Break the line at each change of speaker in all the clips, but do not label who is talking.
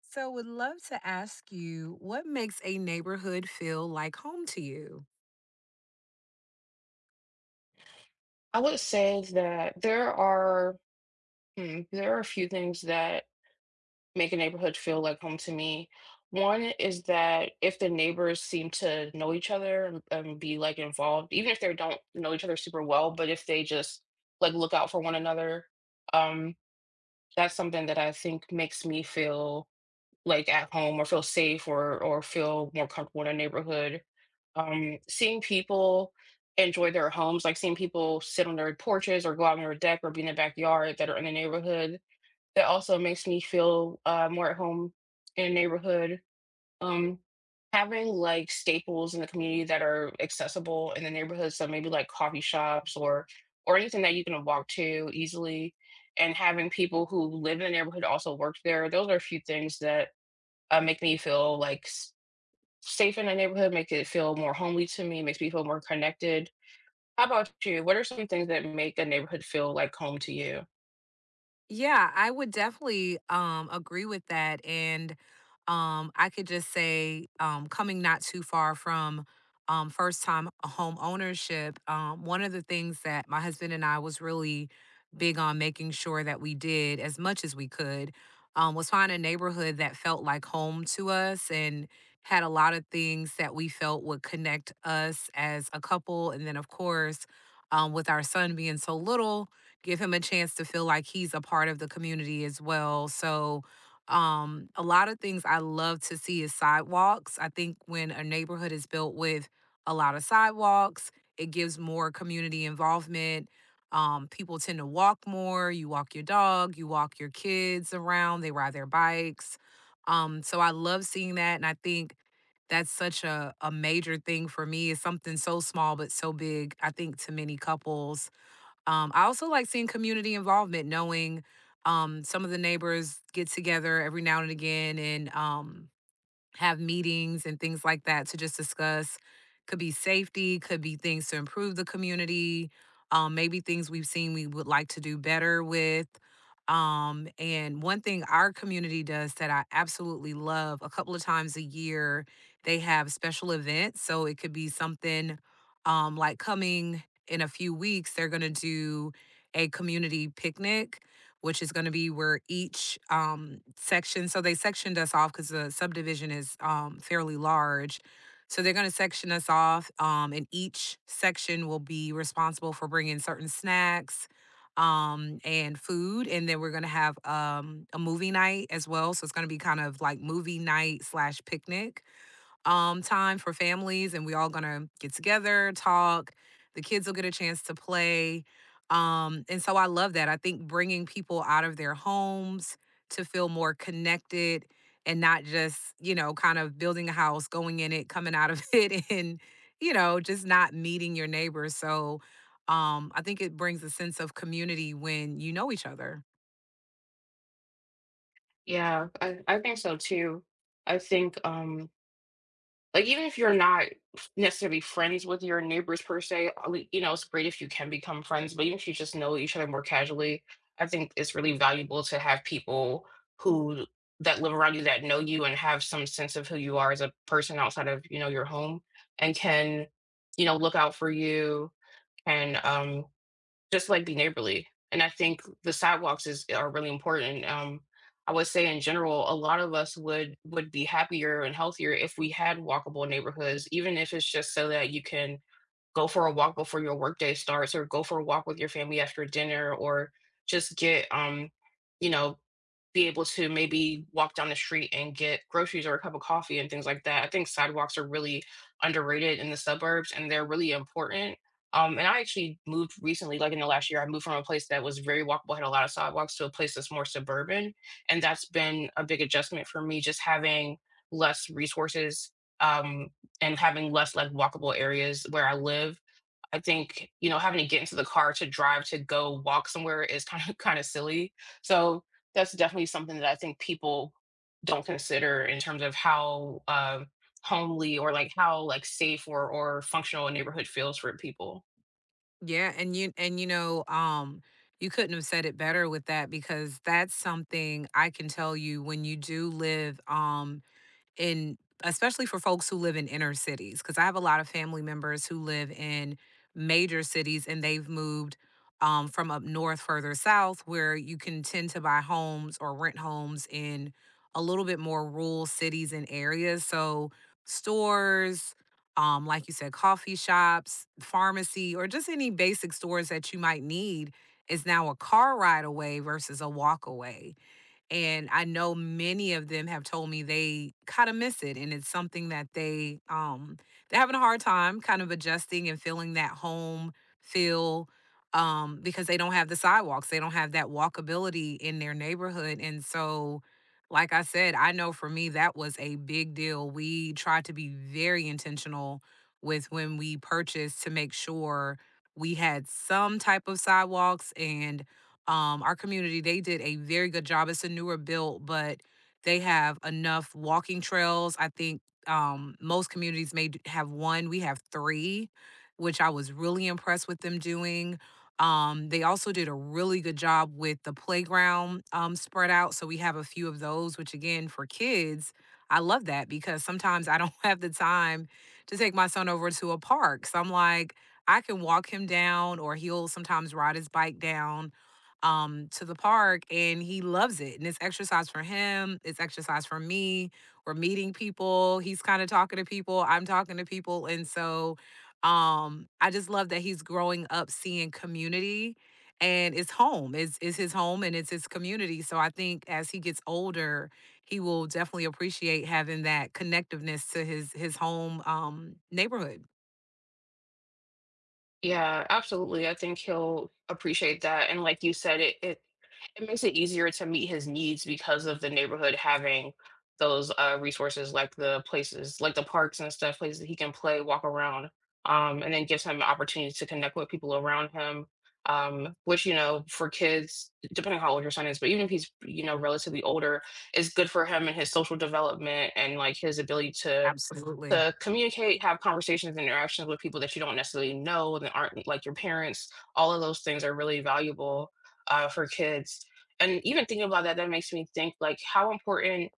So, would love to ask you what makes a neighborhood feel like home to you?
I would say that there are there are a few things that make a neighborhood feel like home to me. One is that if the neighbors seem to know each other and be like involved, even if they don't know each other super well, but if they just like look out for one another. um, that's something that I think makes me feel like at home or feel safe or feel more comfortable in a neighborhood. Seeing people enjoy their homes, like seeing people sit on their porches or go out on their deck or be in the backyard that are in the neighborhood, that also makes me feel more at home in a neighborhood. Um, Having like staples in the community that are accessible in the neighborhood, so maybe like coffee shops or anything that you can walk to easily and having people who live in the neighborhood also work there. Those are a few things that make me feel like safe in the neighborhood, make it feel more homely to me, makes me feel more connected. How about you? What are some things that make a neighborhood feel like home to you?
Yeah, I would definitely agree with that. And I could just say coming not too far from first time home ownership. One of the things that my husband and I was really big on making sure that we did as much as we could was find a neighborhood that felt like home to us and had a lot of things that we felt would connect us as a couple, and then of course with our son being so little, give him a chance to feel like he's a part of the community as well. So, a lot of things I love to see is sidewalks. I think when a neighborhood is built with a lot of sidewalks, it gives more community involvement. People tend to walk more. You walk your dog, you walk your kids around, they ride their bikes. So I love seeing that. And I think that's such a major thing for me. It's something so small but so big, I think, to many couples. I also like seeing community involvement, knowing some of the neighbors get together every now and again and have meetings and things like that to just discuss. Could be safety, could be things to improve the community, maybe things we've seen we would like to do better with. And one thing our community does that I absolutely love, a couple of times a year, they have special events. So it could be something like, coming in a few weeks, they're going to do a community picnic, which is going to be where each section — so they sectioned us off because the subdivision is fairly large. So they're going to section us off, and each section will be responsible for bringing certain snacks and food. And then we're going to have a movie night as well, so it's going to be kind of like movie night slash picnic, time for families, and we all gonna get together, talk. The kids will get a chance to play, and so I love that. I think bringing people out of their homes to feel more connected, and not just kind of building a house, going in it, coming out of it, and just not meeting your neighbors. So I think it brings a sense of community when you know each other.
Yeah, I think so too. I think like, even if you're not necessarily friends with your neighbors per se, I mean, you know, it's great if you can become friends, but even if you just know each other more casually, I think it's really valuable to have people who that live around you that know you and have some sense of who you are as a person outside of, you know, your home and can, you know, look out for you and just like be neighborly. And I think the sidewalks is are really important. I would say in general, a lot of us would be happier and healthier if we had walkable neighborhoods, even if it's just so that you can go for a walk before your workday starts, or go for a walk with your family after dinner, or just get you know, be able to maybe walk down the street and get groceries or a cup of coffee and things like that. I think sidewalks are really underrated in the suburbs and they're really important. And I actually moved recently, like in the last year, I moved from a place that was very walkable, had a lot of sidewalks, to a place that's more suburban. And that's been a big adjustment for me, just having less resources, um, and having less like walkable areas where I live. I think, you know, having to get into the car to drive to go walk somewhere is kind of kind of silly. So that's definitely something that I think people don't consider in terms of how homely or like how like safe or functional a neighborhood feels for people.
Yeah, and you couldn't have said it better with that, because that's something I can tell you when you do live and especially for folks who live in inner cities, because I have a lot of family members who live in major cities, and they've moved from up north further south where you can tend to buy homes or rent homes in a little bit more rural cities and areas. So stores, like you said, coffee shops, pharmacy, or just any basic stores that you might need is now a car ride away versus a walk away. And I know many of them have told me they kind of miss it. And it's something that they're having a hard time kind of adjusting and feeling that home feel, because they don't have the sidewalks. They don't have that walkability in their neighborhood. And so, like I said, I know for me that was a big deal. We tried to be very intentional with when we purchased to make sure we had some type of sidewalks. And our community, they did a very good job. It's a newer build, but they have enough walking trails. I think most communities may have one. We have three, which I was really impressed with them doing. They also did a really good job with the playground spread out. So we have a few of those, which again, for kids, I love that, because sometimes I don't have the time to take my son over to a park. So I'm like, I can walk him down, or he'll sometimes ride his bike down to the park, and he loves it, and it's exercise for him, it's exercise for me, we're meeting people, he's kind of talking to people, I'm talking to people. And so I just love that he's growing up seeing community, and it's home, is his home, and it's his community. So I think as he gets older, he will definitely appreciate having that connectiveness to his home, neighborhood.
Yeah, absolutely. I think he'll appreciate that. And like you said, it it makes it easier to meet his needs because of the neighborhood having those, resources, like the places like the parks and stuff, places that he can play, walk around, and then gives him opportunities to connect with people around him, which, you know, for kids, depending how old your son is, but even if he's, you know, relatively older, is good for him and his social development and, like, his ability
Absolutely.
to communicate, have conversations, interactions with people that you don't necessarily know that aren't like your parents. All of those things are really valuable, for kids. And even thinking about that, that makes me think like, how important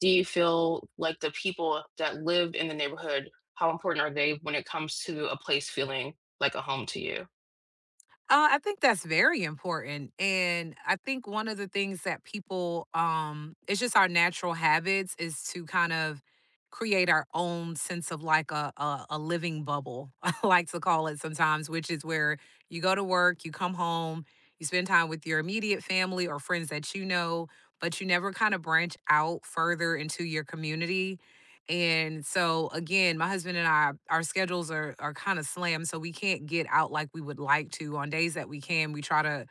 do you feel like the people that live in the neighborhood? How important are they when it comes to a place feeling like a home to you?
I think that's very important, and I think one of the things that people — it's just our natural habits — is to kind of create our own sense of like a living bubble, I like to call it sometimes, which is where you go to work, you come home, you spend time with your immediate family or friends that you know, but you never kind of branch out further into your community. And so again, my husband and I, our schedules are kind of slammed, so we can't get out like we would like to. On days that we can, we try to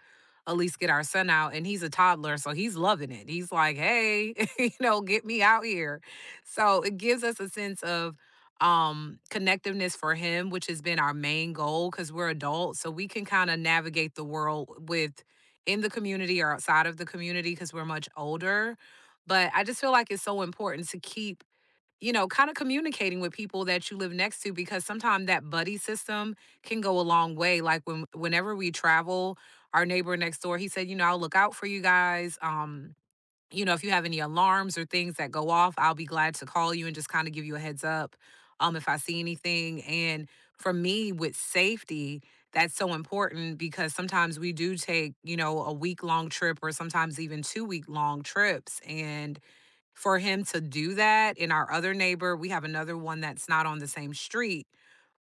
at least get our son out. And he's a toddler, so he's loving it. He's like, "Hey, you know, get me out here." So it gives us a sense of connectiveness for him, which has been our main goal, because we're adults, so we can kind of navigate the world with in the community or outside of the community because we're much older. But I just feel like it's so important to keep, kind of communicating with people that you live next to, because sometimes that buddy system can go a long way. Like, whenever we travel, our neighbor next door, he said, I'll look out for you guys. If you have any alarms or things that go off, I'll be glad to call you and just kind of give you a heads up if I see anything. And for me with safety, that's so important because sometimes we do take, a week long trip, or sometimes even 2 week long trips, and for him to do that. And our other neighbor — we have another one that's not on the same street,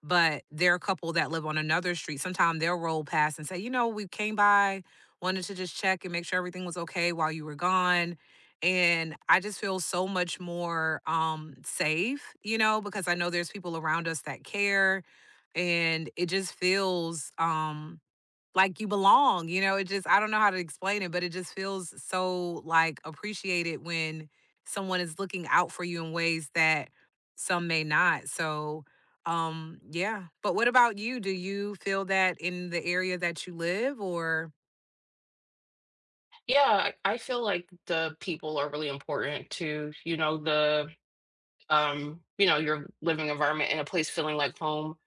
but they're a couple that live on another street. Sometimes they'll roll past and say, we came by, wanted to just check and make sure everything was okay while you were gone. And I just feel so much more safe, you know, because I know there's people around us that care. And it just feels like you belong, you know? It just — I don't know how to explain it, but it just feels so like appreciated when someone is looking out for you in ways that some may not. So, yeah. But what about you? Do you feel that in the area that you live, or—
Yeah, I feel like the people are really important to, you know, the you know, your living environment and a place feeling like home.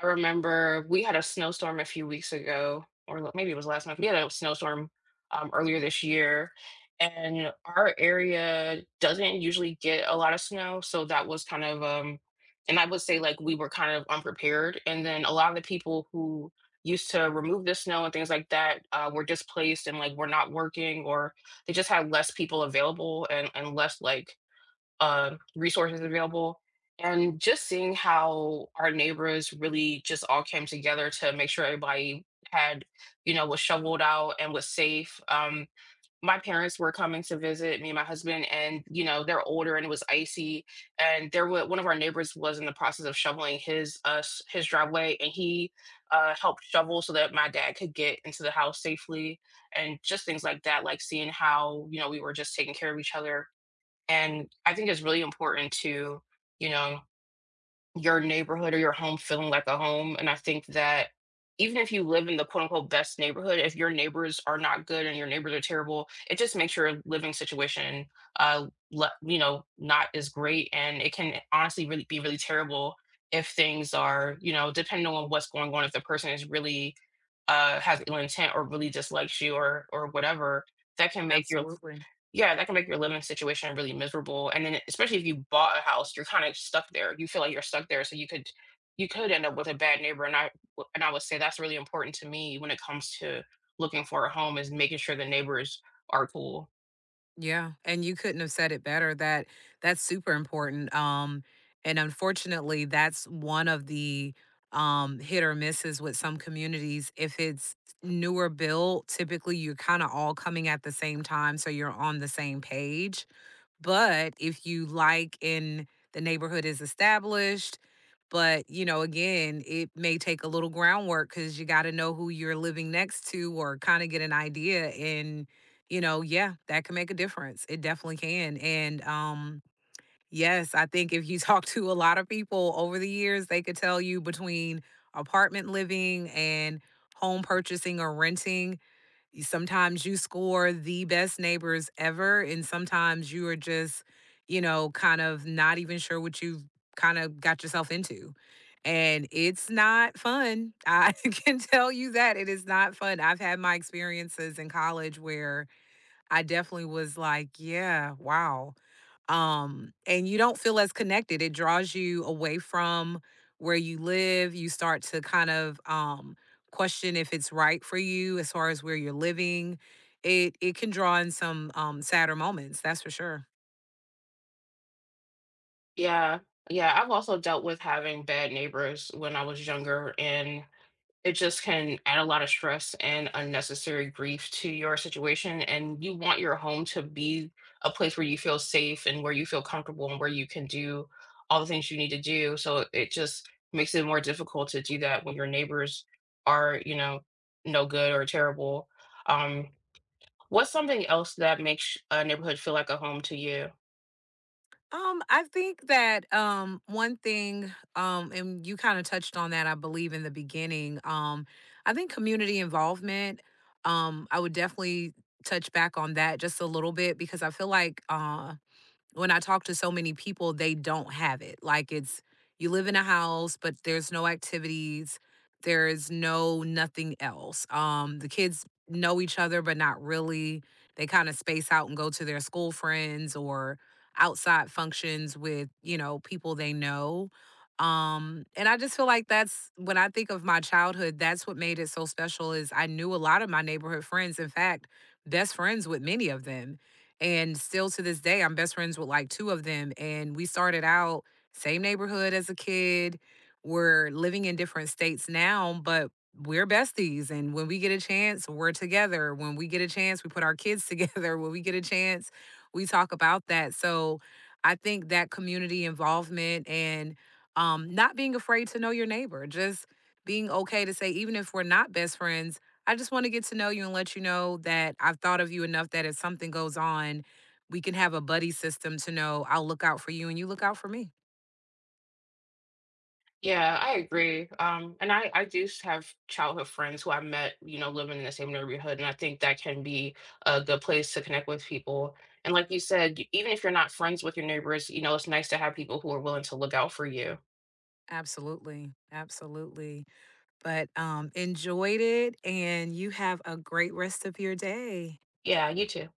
I remember we had a snowstorm a few weeks ago, or maybe it was last month. We had a snowstorm earlier this year, and our area doesn't usually get a lot of snow. So that was kind of, and I would say like we were kind of unprepared. And then a lot of the people who used to remove the snow and things like that were displaced and like were not working, or they just had less people available and less like resources available, and just seeing how our neighbors really just all came together to make sure everybody had, you know, was shoveled out and was safe. My parents were coming to visit me and my husband, and you know, they're older and it was icy. And there was one of our neighbors was in the process of shoveling his us his driveway, and he helped shovel so that my dad could get into the house safely, and just things like that. Like seeing how, you know, we were just taking care of each other, and I think it's really important to, you know, your neighborhood or your home feeling like a home. And I think that even if you live in the quote unquote best neighborhood, if your neighbors are not good and your neighbors are terrible, it just makes your living situation, uh, you know, not as great. And it can honestly really be really terrible if things are, you know, depending on what's going on, if the person is really, has ill intent or really dislikes you or whatever, that can make your
Absolutely.
yeah, that can make your living situation really miserable, and then especially if you bought a house, you're kinda stuck there. You feel like you're stuck there, so you could end up with a bad neighbor, and I w and I would say that's really important to me when it comes to looking for a home is making sure the neighbors are cool.
Yeah, and you couldn't have said it better, that that's super important. And unfortunately, that's one of the hit or misses with some communities. If it's newer built, typically you're kind of all coming at the same time, so you're on the same page. But if you, like, and the neighborhood is established, but, again, it may take a little groundwork because you got to know who you're living next to or kind of get an idea. And, you know, yeah, that can make a difference. It definitely can. And, yes, I think if you talk to a lot of people over the years, they could tell you, between apartment living and home purchasing or renting, sometimes you score the best neighbors ever, and sometimes you are just, kind of not even sure what you've kind of got yourself into. And it's not fun. I can tell you that, it is not fun. I've had my experiences in college where I definitely was like, yeah, wow. And you don't feel as connected, it draws you away from where you live. You start to kind of question if it's right for you, as far as where you're living. It can draw in some sadder moments, that's for sure.
Yeah, yeah, I've also dealt with having bad neighbors when I was younger, and it just can add a lot of stress and unnecessary grief to your situation. And you want your home to be a place where you feel safe and where you feel comfortable and where you can do all the things you need to do. So it just makes it more difficult to do that when your neighbors are, you know, no good or terrible. Um, what's something else that makes a neighborhood feel like a home to you?
I think that one thing, and you kind of touched on that, I believe, in the beginning, I think community involvement, I would definitely touch back on that just a little bit, because I feel like, when I talk to so many people, they don't have it. Like, it's, you live in a house, but there's no activities, there is no nothing else. The kids know each other, but not really. They kind of space out and go to their school friends or outside functions with, people they know. And I just feel like that's — when I think of my childhood, that's what made it so special, is I knew a lot of my neighborhood friends. In fact, best friends with many of them, and still to this day, I'm best friends with like two of them. And we started out same neighborhood as a kid. We're living in different states now, but we're besties. And when we get a chance, we're together. When we get a chance, we put our kids together. When we get a chance, we talk about that. So I think that community involvement, and not being afraid to know your neighbor, just being okay to say, even if we're not best friends, I just want to get to know you and let you know that I've thought of you enough that if something goes on, we can have a buddy system to know I'll look out for you and you look out for me.
Yeah, I agree. And I do have childhood friends who I met, you know, living in the same neighborhood, and I think that can be a good place to connect with people. And like you said, even if you're not friends with your neighbors, you know, it's nice to have people who are willing to look out for you.
Absolutely. Absolutely. But enjoyed it, and you have a great rest of your day.
Yeah, you too.